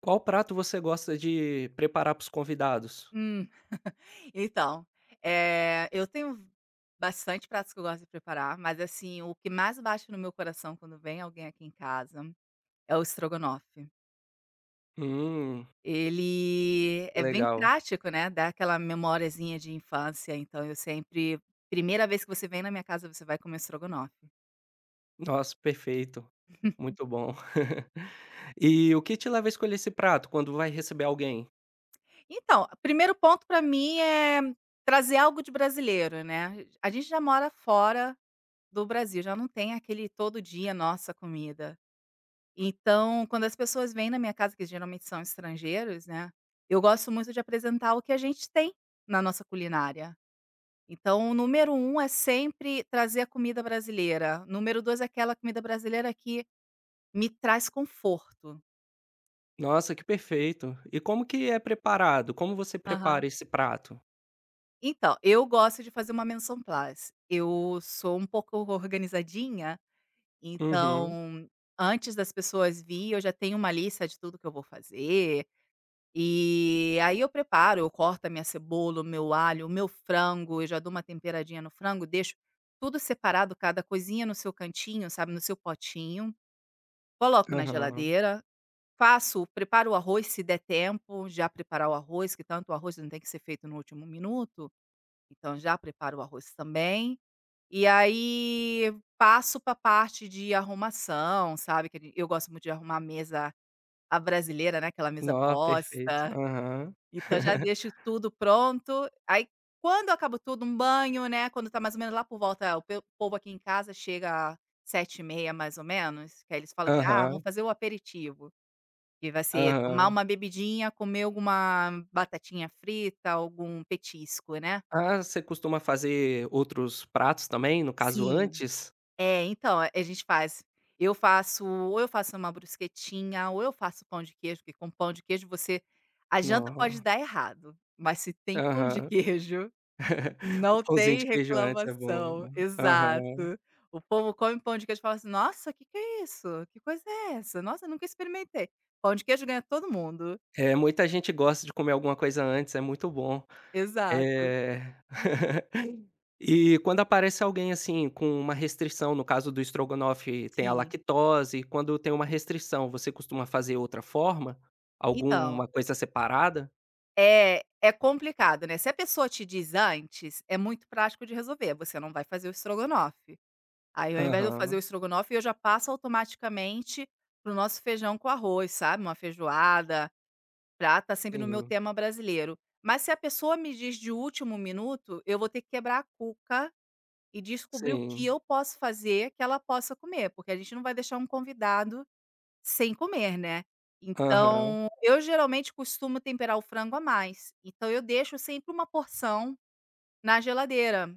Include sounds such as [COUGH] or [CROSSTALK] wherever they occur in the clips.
Qual prato você gosta de preparar para os convidados? Hum. [LAUGHS] Então, eu tenho bastante pratos que eu gosto de preparar, mas, assim, o que mais bate no meu coração quando vem alguém aqui em casa é o estrogonofe. Hum, Ele é bem legal. prático, né, dá aquela memoriazinha de infância, então eu sempre primeira vez que você vem na minha casa, você vai comer estrogonofe. Nossa, perfeito. Muito bom. [LAUGHS] E o que te leva a escolher esse prato quando vai receber alguém? Então, primeiro ponto para mim é trazer algo de brasileiro, né. A gente já mora fora do Brasil, já não tem aquele todo dia nossa comida. Então, quando as pessoas vêm na minha casa, que geralmente são estrangeiros, né, eu gosto muito de apresentar o que a gente tem na nossa culinária. Então, o número um é sempre trazer a comida brasileira. Número 2 é aquela comida brasileira que me traz conforto. Nossa, que perfeito. E como que é preparado? Como você Aham. prepara esse prato? Então, eu gosto de fazer uma menção plus. Eu sou um pouco organizadinha, Uhum, então antes das pessoas vir, eu já tenho uma lista de tudo que eu vou fazer. E aí eu preparo, eu corto a minha cebola, o meu alho, o meu frango, eu já dou uma temperadinha no frango, deixo tudo separado, cada coisinha no seu cantinho, sabe, no seu potinho, coloco na aham. geladeira, faço preparo o arroz se der tempo, já preparar o arroz, que tanto o arroz não tem que ser feito no último minuto, então já preparo o arroz também. E aí passo para a parte de arrumação, sabe, que eu gosto muito de arrumar a mesa a brasileira, né, aquela mesa Nó, perfeito. posta. Aham. Então já deixo [LAUGHS] tudo pronto, aí quando eu acabo tudo, um banho, né, quando tá mais ou menos lá por volta é, o pe povo aqui em casa chega sete e meia mais ou menos, que aí eles falam que: "Ah, vamos Aham, fazer o aperitivo", que vai ser tomar aham. uma bebidinha, comer alguma batatinha frita, algum petisco, né. Ah, você costuma fazer outros pratos também, no caso Sim. antes? É, então, a gente faz eu faço ou eu faço uma brusquetinha, ou eu faço pão de queijo, porque com pão de queijo você a janta pode Nó, dar errado, mas se tem pão de aham. queijo Um não pãozinho tem de queijo antes é bom. reclamação, Aham. exato. O povo come pão de queijo e fala assim: "Nossa, que é isso? Que coisa é essa? Nossa, eu nunca experimentei". Pão de queijo ganha todo mundo. É, muita gente gosta de comer alguma coisa antes, é muito bom. Exato, É. [LAUGHS] E quando aparece alguém, assim, com uma restrição, no caso do estrogonofe tem a sim. lactose, quando tem uma restrição, você costuma fazer outra forma? Então, Alguma coisa separada? é complicado, né, se a pessoa te diz antes, é muito prático de resolver, você não vai fazer o estrogonofe. Aí ao invés de eu fazer o Aham, estrogonofe, eu já passo automaticamente pro nosso feijão com arroz, sabe, uma feijoada. Pra tá sempre no meu sim, tema brasileiro. Mas se a pessoa me diz de último minuto, eu vou ter que quebrar a cuca e descobrir o que sim. eu posso fazer que ela possa comer, porque a gente não vai deixar um convidado sem comer, né. Aham, Então, eu geralmente costumo temperar o frango a mais, então eu deixo sempre uma porção na geladeira.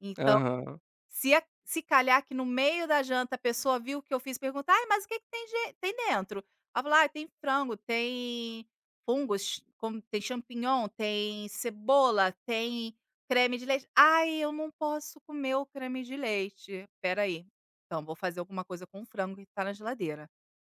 Então aham. se calhar que no meio da janta a pessoa viu o que eu fiz, perguntar: "Ai, mas o que que tem dentro?" Aí eu falo: "Tem frango, tem fungos, como tem champignon, tem cebola, tem creme de leite". "Ai, eu não posso comer o creme de leite". "Espera aí, então vou fazer alguma coisa com o frango que tá na geladeira,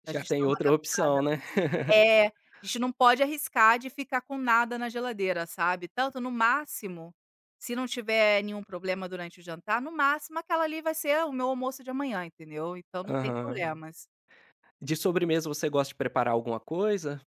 a Já gente tem dar uma outra opção, adaptada". né. É, a gente não pode arriscar de ficar com nada na geladeira, sabe. Tanto, no máximo, se não tiver nenhum problema durante o jantar, no máximo aquela ali vai ser o meu almoço de amanhã, entendeu. Então não tem Aham. problemas. De sobremesa você gosta de preparar alguma coisa?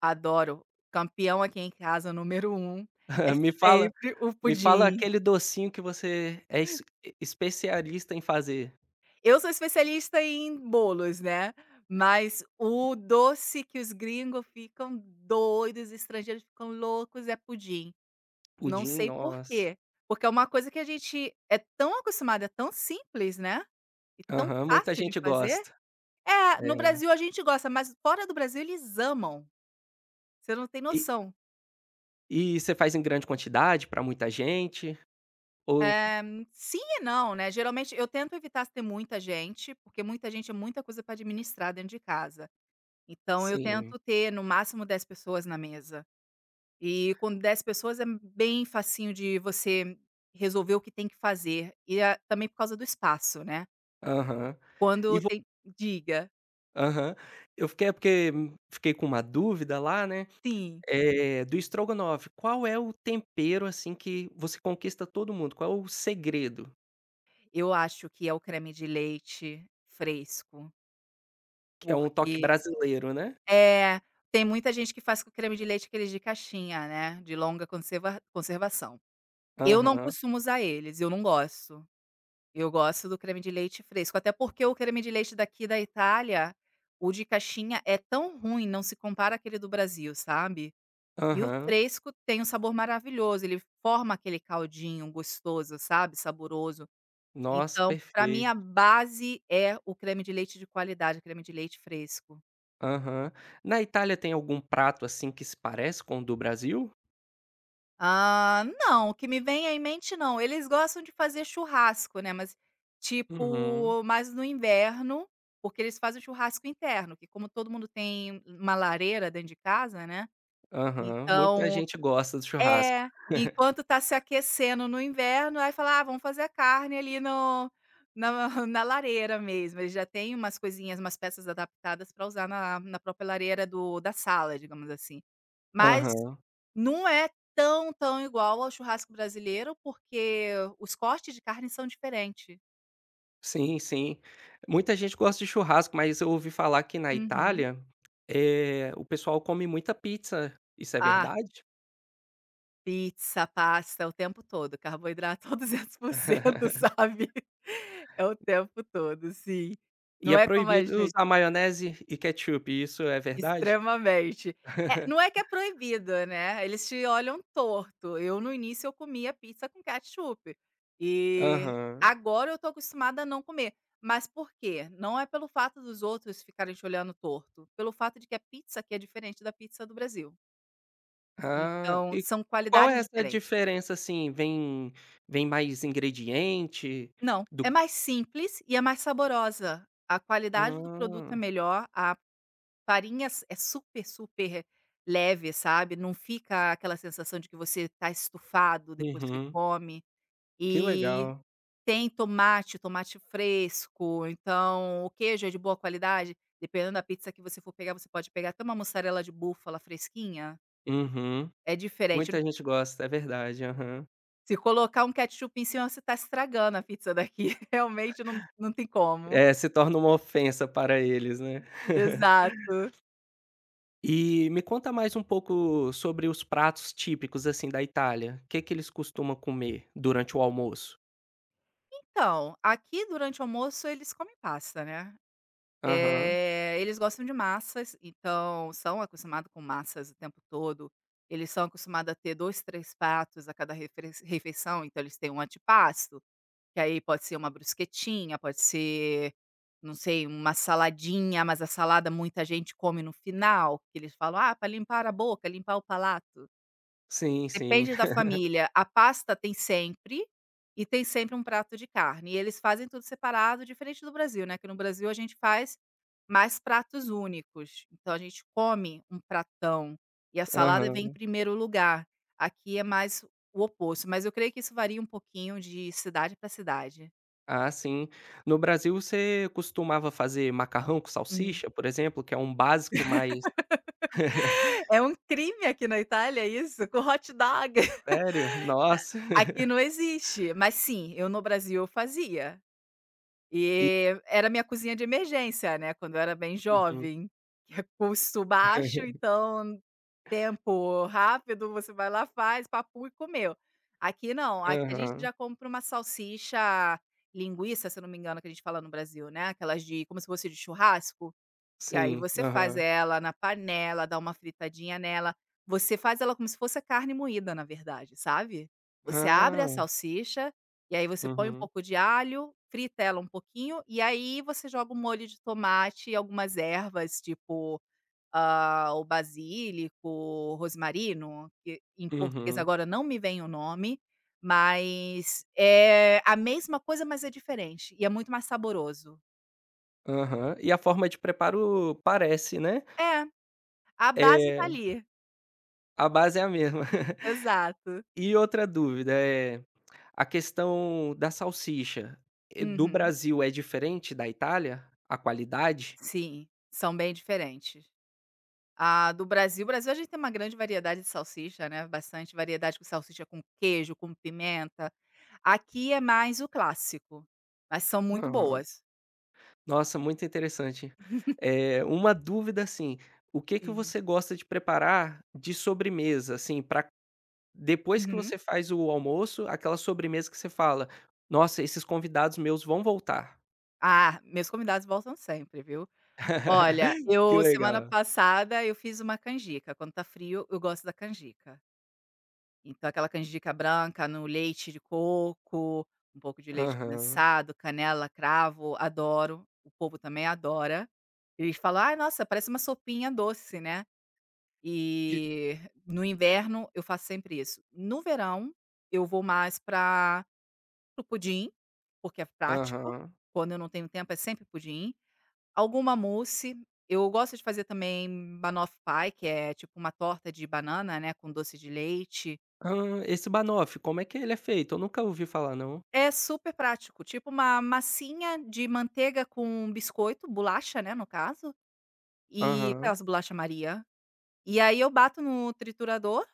Adoro. Campeão aqui em casa, número um é [LAUGHS] Me fala sempre o Me fala pudim. aquele docinho que você é es especialista em fazer. Eu sou especialista em bolos, né, mas o doce que os gringos ficam doidos, os estrangeiros ficam loucos é pudim. Não Pudim, sei por nossa. quê, porque é uma coisa que a gente é tão acostumado, é tão simples, né, e tão Aham, muita fácil de gente fazer. gosta. É, no É. Brasil a gente gosta, mas fora do Brasil eles amam, você não tem E noção. e você faz em grande quantidade para muita gente? Ou cu- Eh, sim e não, né, geralmente eu tento evitar ter muita gente, porque muita gente é muita coisa para administrar dentro de casa. Então eu sim. tento ter no máximo 10 pessoas na mesa, e com 10 pessoas é bem facinho de você resolver o que tem que fazer, e a também por causa do espaço, né. Aham. E Quando vo tem diga. Aham. Eu fiquei é porque fiquei com uma dúvida lá, né, Sim, do estrogonofe, qual é o tempero, assim, que você conquista todo mundo? Qual é o segredo? eu acho que é o creme de leite fresco, Que é um toque porque brasileiro, né? é, tem muita gente que faz com creme de leite aqueles de caixinha, né, de longa conservação. Eu não Aham, costumo usar eles, eu não gosto. Eu gosto do creme de leite fresco, até porque o creme de leite daqui da Itália, o de caixinha é tão ruim, não se compara àquele do Brasil, sabe. E o aham. fresco tem um sabor maravilhoso, ele forma aquele caldinho gostoso, sabe, saboroso. Nossa, Então, para mim perfeito. a base é o creme de leite de qualidade, creme de leite fresco. Aham. Na Itália tem algum prato, assim, que se parece com o do Brasil? Ah, não, o que me vem em mente não. Eles gostam de fazer churrasco, né, mas Uhum. tipo, mais no inverno, porque eles fazem churrasco interno, que como todo mundo tem uma lareira dentro de casa, né, Aham. Muita então gente gosta do churrasco. é, enquanto tá se aquecendo no inverno, aí fala: "Ah, vamos fazer a carne ali no na [LAUGHS] na lareira mesmo", ele já tem umas coisinhas, umas peças adaptadas para usar na própria lareira do da sala, digamos assim. Mas Aham. não é tão, tão igual ao churrasco brasileiro, porque os cortes de carne são diferentes. Sim, sim. Muita gente gosta de churrasco, mas eu ouvi falar que na Uhum. Itália, o pessoal come muita pizza. Isso é Ah, verdade? pizza, pasta, é o tempo todo, carboidrato [LAUGHS] a 200%, [LAUGHS] sabe. É o tempo todo, sim. E Não é é como a proibido gente usar maionese e ketchup. Isso é verdade? extremamente. É, [LAUGHS] não é que é proibido, né, eles te olham torto. Eu, no início, eu comia pizza com ketchup. E Aham. agora eu tô acostumada a não comer. Mas por quê? Não é pelo fato dos outros ficarem te olhando torto, pelo fato de que a pizza aqui é diferente da pizza do Brasil. Ah, Então, e são qual é qualidades essa diferentes. diferença, assim? Vem mais ingrediente Não, é do. mais simples e é mais saborosa. A qualidade do produto é Hum, melhor, a farinha s é super, super leve, sabe, não fica aquela sensação de que você tá estufado depois que uhum, come. que E legal. tem tomate, tomate fresco, então o queijo é de boa qualidade, dependendo da pizza que você for pegar, você pode pegar até uma mussarela de búfala fresquinha, Uhum, é diferente. muita gente gosta, é verdade, aham. Se colocar um ketchup em cima, você tá estragando a pizza daqui, [LAUGHS] realmente não tem como. É, se torna uma ofensa para eles, né. [LAUGHS] Exato. E me conta mais um pouco sobre os pratos típicos, assim, da Itália. O que que eles costumam comer durante o almoço? Então, aqui durante o almoço eles comem pasta, né. Aham. Eles gostam de massas, então são acostumados com massas o tempo todo. Eles são acostumados a ter 2, 3 pratos a cada refres refeição, então eles têm um antipasto, que aí pode ser uma brusquetinha, pode ser, não sei, uma saladinha, mas a salada muita gente come no final, que eles falam: "Ah, para limpar a boca, limpar o palato". Sim, sim. Depende da [LAUGHS] família. A pasta tem sempre, e tem sempre um prato de carne. E eles fazem tudo separado, diferente do Brasil, né, que no Brasil a gente faz mais pratos únicos. Então a gente come um pratão, e a salada vem em Aham. primeiro lugar. Aqui é mais o oposto, mas eu creio que isso varia um pouquinho de cidade para cidade. Ah, sim. No Brasil você costumava fazer macarrão com Hum. salsicha, por exemplo, que é um básico mais. [LAUGHS] É um crime aqui na Itália isso, com hot dog. [LAUGHS] Sério? Nossa. [LAUGHS] Aqui não existe, mas sim, eu no Brasil eu fazia. E E era minha cozinha de emergência, né, quando eu era bem uhum, jovem, que é custo baixo, então tempo rápido, você vai lá, faz, papum e comeu. Aqui não, aqui a gente aham, já compra uma salsicha linguiça, se eu não me engano, que a gente fala no Brasil, né, aquelas de como se fosse de churrasco. E aí sim, você faz aham. ela na panela, dá uma fritadinha nela. Você faz ela como se fosse a carne moída, na verdade, sabe. Você abre a Ah, salsicha, e aí você põe um uhum, pouco de alho, frita ela um pouquinho, e aí você joga um molho de tomate e algumas ervas, tipo, ah, o basílico, rosmarino, que em português uhum, agora não me vem o nome, mas é a mesma coisa, mas é diferente, e é muito mais saboroso. aham. E a forma de preparo parece, né. É, a base tá É, ali. a base é a mesma. [LAUGHS] Exato. E outra dúvida, é a questão da salsicha, do Uhum. Brasil é diferente da Itália? A qualidade? Sim, são bem diferentes. A do Brasil a gente tem uma grande variedade de salsicha, né, bastante variedade com salsicha com queijo, com pimenta. Aqui é mais o clássico, mas são muito Aham. boas. Nossa, muito interessante. É uma dúvida, assim, o que que Sim. você gosta de preparar de sobremesa, assim, para depois que Uhum. você faz o almoço, aquela sobremesa que você fala: "Nossa, esses convidados meus vão voltar"? Ah, meus convidados voltam sempre, viu. Olha, [LAUGHS] Que eu semana legal. passada eu fiz uma canjica, quando tá frio eu gosto da canjica. Então aquela canjica branca no leite de coco, um pouco de leite Aham. condensado, canela, cravo, adoro, o povo também adora. Eles falam: "Ai, nossa, parece uma sopinha doce, né". E E no inverno eu faço sempre isso. No verão, eu vou mais para o pudim, porque é prático, aham. quando eu não tenho tempo é sempre pudim, alguma mousse, eu gosto de fazer também banoffee pie, que é tipo uma torta de banana, né, com doce de leite. Hã, esse banoffee, como é que ele é feito? Eu nunca ouvi falar não. É super prático, tipo uma massinha de manteiga com biscoito, bolacha, né, no caso, e Aham, aquelas bolacha Maria. E aí eu bato no triturador,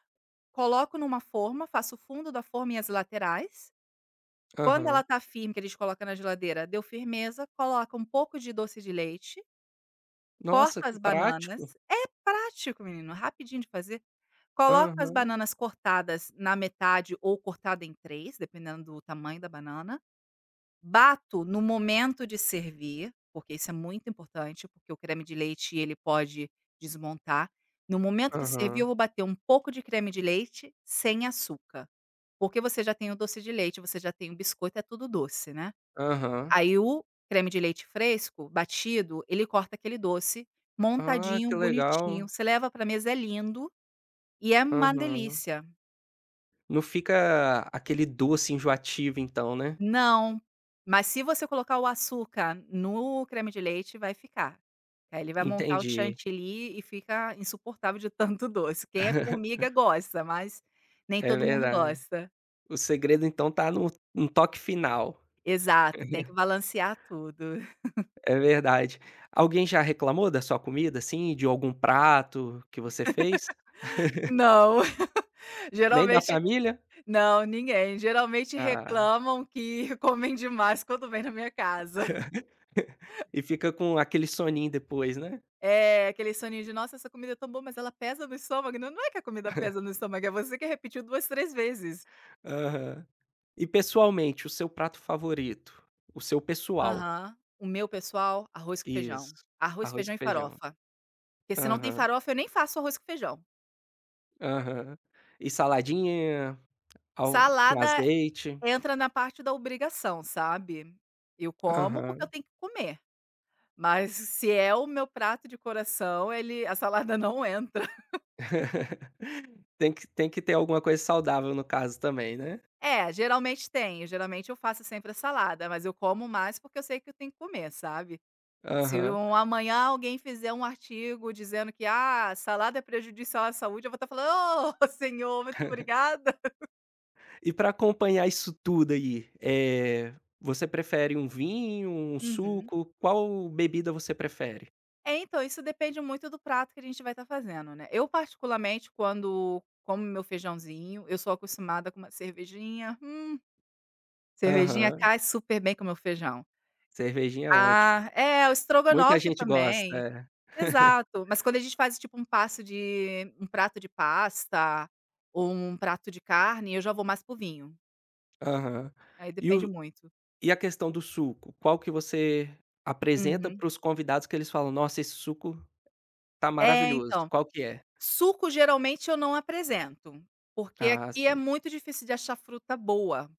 coloco numa forma, faço o fundo da forma e as laterais. Quando ela aham. tá firme, que a gente coloca na geladeira, deu firmeza, coloca um pouco de doce de leite, corta Nossa, que as prático. bananas é prático menino, rapidinho de fazer. Coloco as Aham, bananas cortadas na metade ou cortada em 3, dependendo do tamanho da banana. Bato no momento de servir, porque isso é muito importante, porque o creme de leite ele pode desmontar. No momento de servir aham, eu vou bater um pouco de creme de leite sem açúcar, porque você já tem o doce de leite, você já tem o biscoito, é tudo doce, né. aham. Aí o creme de leite fresco, batido, ele corta aquele doce Ah, montadinho, que bonitinho, legal. você leva para mesa, é lindo e é uma Aham. delícia. Não fica aquele doce enjoativo então, né. Não, mas se você colocar o açúcar no creme de leite, vai ficar. Aí ele vai montar o Entendi, chantilly e fica insuportável de tanto [LAUGHS] doce. Quem é formiga gosta, mas nem é todo mundo verdade. gosta. O segredo então tá no toque final. Exato, tem que balancear tudo. É verdade. Alguém já reclamou da sua comida, assim, de algum prato que você fez? [LAUGHS] Não, [LAUGHS] Nem da geralmente família? não, ninguém. Geralmente Ah, reclamam que [LAUGHS] comem demais quando vem na minha casa. [LAUGHS] e fica com aquele soninho depois, né. É aquele soninho de: "Nossa, essa comida é tão boa, mas ela pesa no estômago". Não, não é que a comida pesa no estômago, é você que repetiu 2 3 vezes. Aham. E pessoalmente, o seu prato favorito? O seu pessoal. Aham. O meu pessoal, arroz com Isso. feijão. Arroz, Arroz feijão com e feijão. farofa. Porque se não tem Aham, farofa, eu nem faço arroz com feijão. aham. E saladinha, ao com Salada azeite. entra na parte da obrigação, sabe. Eu como porque eu Aham. tenho que comer, mas se é o meu prato de coração, ele a salada não entra. [LAUGHS] [LAUGHS] Tem que ter alguma coisa saudável no caso também, né. É, geralmente tem, geralmente eu faço sempre a salada, mas eu como mais porque eu sei que eu tenho que comer, sabe. Se Aham. um amanhã alguém fizer um artigo dizendo que: "Ah, salada é prejudicial à saúde", eu vou estar falando: "Ô, [LAUGHS] senhor, muito obrigada". E para acompanhar isso tudo aí, você prefere um vinho, um Uhum. suco? Qual bebida você prefere? É, então, isso depende muito do prato que a gente vai estar fazendo, né. Eu particularmente, quando como meu feijãozinho, eu sou acostumada com uma cervejinha, cervejinha Aham. cai super bem com o meu feijão. Cervejinha é ótimo. Ah, é, o Muita estrogonofe gente gosta, também. é. [LAUGHS] Exato. Mas quando a gente faz, tipo, um passo de um prato de pasta ou um prato de carne, eu já vou mais pro vinho. Aham. Aí E depende o muito. e a questão do suco? Qual que você apresenta Uhum. para os convidados que eles falam: "Nossa, esse suco tá É, maravilhoso", então. qual que é? Suco geralmente eu não apresento, porque Ah, aqui é sim. muito difícil de achar fruta boa,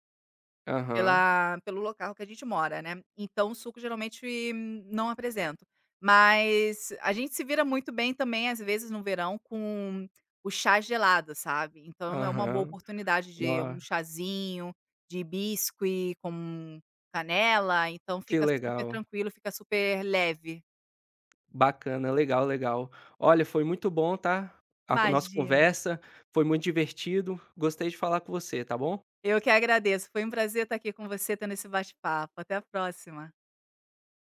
Aham, pela pelo local que a gente mora, né, então suco geralmente não apresento. Mas a gente se vira muito bem também, às vezes, no verão com o chá gelado, sabe, então é uma boa aham. oportunidade de No, um chazinho de hibisco com canela, então que fica super legal, tranquilo, fica super leve. bacana, legal, legal. Olha, foi muito bom, tá, a nossa Imagina. conversa, foi muito divertido, gostei de falar com você, tá bom? Eu que agradeço. Foi um prazer estar aqui com você, tendo esse bate-papo. Até a próxima.